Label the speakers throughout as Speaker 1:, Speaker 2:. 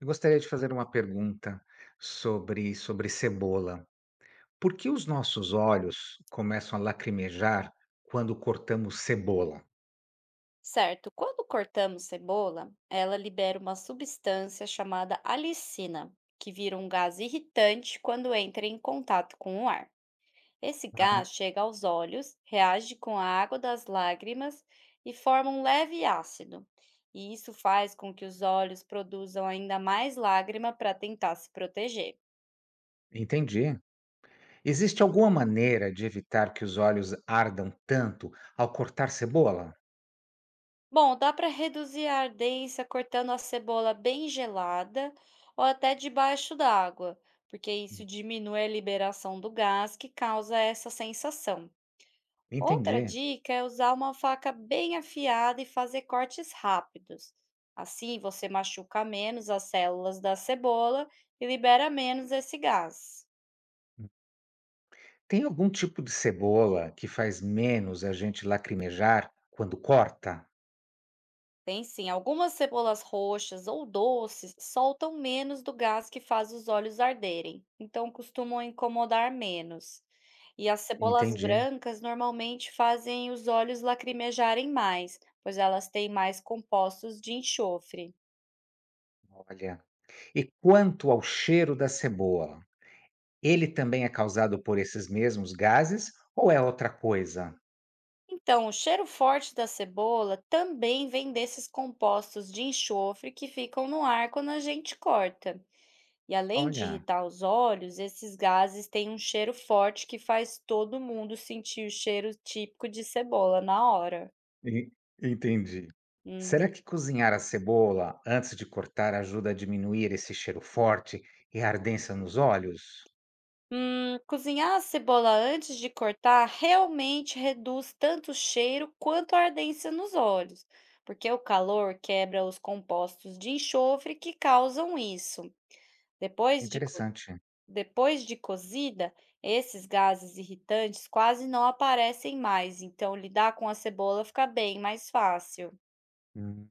Speaker 1: Eu gostaria de fazer uma pergunta sobre cebola. Por que os nossos olhos começam a lacrimejar quando cortamos cebola?
Speaker 2: Certo, quando cortamos cebola, ela libera uma substância chamada alicina, que vira um gás irritante quando entra em contato com o ar. Esse
Speaker 1: Ah,
Speaker 2: gás chega aos olhos, reage com a água das lágrimas e forma um leve ácido. E isso faz com que os olhos produzam ainda mais lágrima para tentar se proteger.
Speaker 1: entendi. Existe alguma maneira de evitar que os olhos ardam tanto ao cortar cebola?
Speaker 2: Bom, dá para reduzir a ardência cortando a cebola bem gelada ou até debaixo d'água, porque isso diminui a liberação do gás que causa essa sensação. Outra
Speaker 1: Entendi.
Speaker 2: dica é usar uma faca bem afiada e fazer cortes rápidos. Assim, você machuca menos as células da cebola e libera menos esse gás.
Speaker 1: Tem algum tipo de cebola que faz menos a gente lacrimejar quando corta?
Speaker 2: Tem sim, algumas cebolas roxas ou doces soltam menos do gás que faz os olhos arderem, então costumam incomodar menos. E as cebolas
Speaker 1: Entendi.
Speaker 2: brancas normalmente fazem os olhos lacrimejarem mais, pois elas têm mais compostos de enxofre.
Speaker 1: Olha. E quanto ao cheiro da cebola? Ele também é causado por esses mesmos gases ou é outra coisa?
Speaker 2: Então, o cheiro forte da cebola também vem desses compostos de enxofre que ficam no ar quando a gente corta. E além de
Speaker 1: Olha.
Speaker 2: irritar os olhos, esses gases têm um cheiro forte que faz todo mundo sentir o cheiro típico de cebola na hora.
Speaker 1: En Entendi. Será
Speaker 2: Uhum.
Speaker 1: que cozinhar a cebola antes de cortar ajuda a diminuir esse cheiro forte e a ardência nos olhos?
Speaker 2: Cozinhar a cebola antes de cortar realmente reduz tanto o cheiro quanto a ardência nos olhos, porque o calor quebra os compostos de enxofre que causam isso. Depois de
Speaker 1: Interessante.
Speaker 2: Depois de cozida, esses gases irritantes quase não aparecem mais, então lidar com a cebola fica bem mais fácil.
Speaker 1: Hum.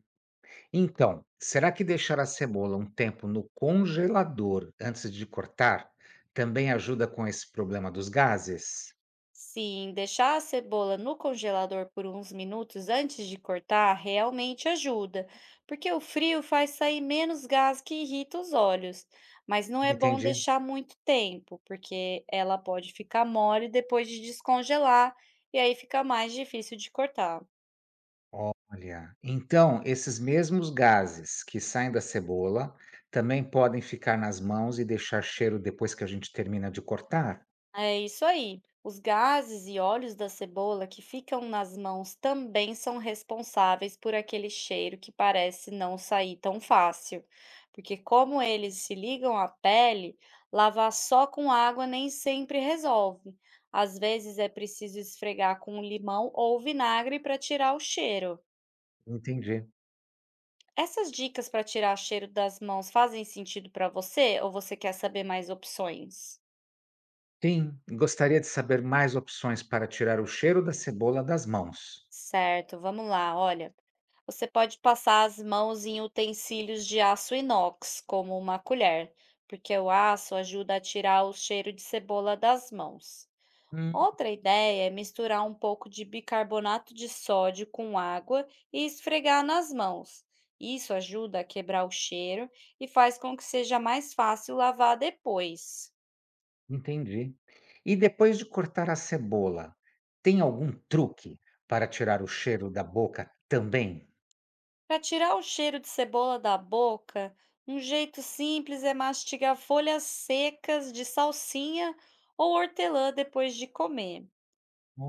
Speaker 1: Então, será que deixar a cebola um tempo no congelador antes de cortar também ajuda com esse problema dos gases?
Speaker 2: Sim, deixar a cebola no congelador por uns minutos antes de cortar realmente ajuda, porque o frio faz sair menos gás que irrita os olhos. Mas não é bom
Speaker 1: Entendi.
Speaker 2: deixar muito tempo, porque ela pode ficar mole depois de descongelar e aí fica mais difícil de cortar.
Speaker 1: Olha, então esses mesmos gases que saem da cebola também podem ficar nas mãos e deixar cheiro depois que a gente termina de cortar?
Speaker 2: É isso aí. Os gases e óleos da cebola que ficam nas mãos também são responsáveis por aquele cheiro que parece não sair tão fácil. Porque, como eles se ligam à pele, lavar só com água nem sempre resolve. Às vezes é preciso esfregar com limão ou vinagre para tirar o cheiro.
Speaker 1: Entendi.
Speaker 2: Essas dicas para tirar cheiro das mãos fazem sentido para você ou você quer saber mais opções?
Speaker 1: Sim, gostaria de saber mais opções para tirar o cheiro da cebola das mãos.
Speaker 2: Certo, vamos lá, olha. Você pode passar as mãos em utensílios de aço inox, como uma colher, porque o aço ajuda a tirar o cheiro de cebola das mãos.
Speaker 1: Hum,
Speaker 2: Outra ideia é misturar um pouco de bicarbonato de sódio com água e esfregar nas mãos. Isso ajuda a quebrar o cheiro e faz com que seja mais fácil lavar depois.
Speaker 1: entendi. E depois de cortar a cebola, tem algum truque para tirar o cheiro da boca também?
Speaker 2: Para tirar o cheiro de cebola da boca, um jeito simples é mastigar folhas secas de salsinha ou hortelã depois de comer.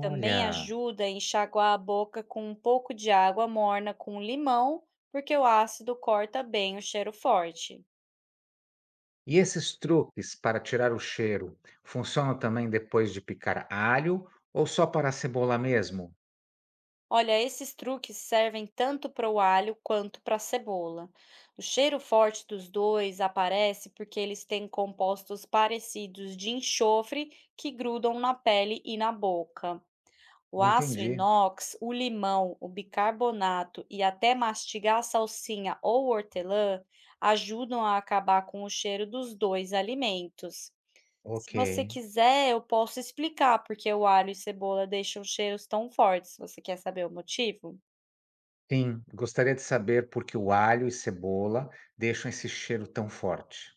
Speaker 2: Também ajuda a enxaguar a boca com um pouco de água morna com limão, porque o ácido corta bem o cheiro forte.
Speaker 1: E esses truques para tirar o cheiro funcionam também depois de picar alho ou só para a cebola mesmo?
Speaker 2: Olha, esses truques servem tanto para o alho quanto para a cebola. O cheiro forte dos dois aparece porque eles têm compostos parecidos de enxofre que grudam na pele e na boca. O aço
Speaker 1: Entendi.
Speaker 2: inox, o limão, o bicarbonato e até mastigar a salsinha ou hortelã ajudam a acabar com o cheiro dos dois alimentos. Se
Speaker 1: Ok.
Speaker 2: você quiser, eu posso explicar porque o alho e cebola deixam cheiros tão fortes. Você quer saber o motivo?
Speaker 1: Sim, gostaria de saber por que o alho e cebola deixam esse cheiro tão forte.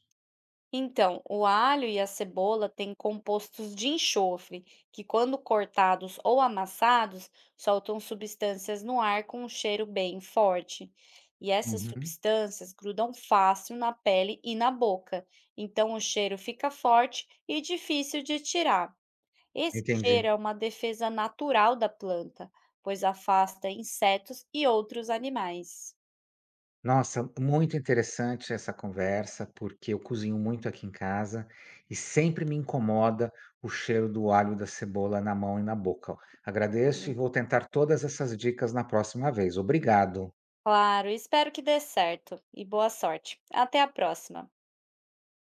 Speaker 2: Então, o alho e a cebola têm compostos de enxofre, que, quando cortados ou amassados, soltam substâncias no ar com um cheiro bem forte. E essas
Speaker 1: Uhum.
Speaker 2: substâncias grudam fácil na pele e na boca, então o cheiro fica forte e difícil de tirar. Esse cheiro
Speaker 1: Entendi.
Speaker 2: é uma defesa natural da planta, pois afasta insetos e outros animais.
Speaker 1: Nossa, muito interessante essa conversa, porque eu cozinho muito aqui em casa e sempre me incomoda o cheiro do alho e da cebola na mão e na boca. Agradeço e
Speaker 2: Uhum.
Speaker 1: vou tentar todas essas dicas na próxima vez. Obrigado.
Speaker 2: Claro, espero que dê certo e boa sorte. Até a próxima!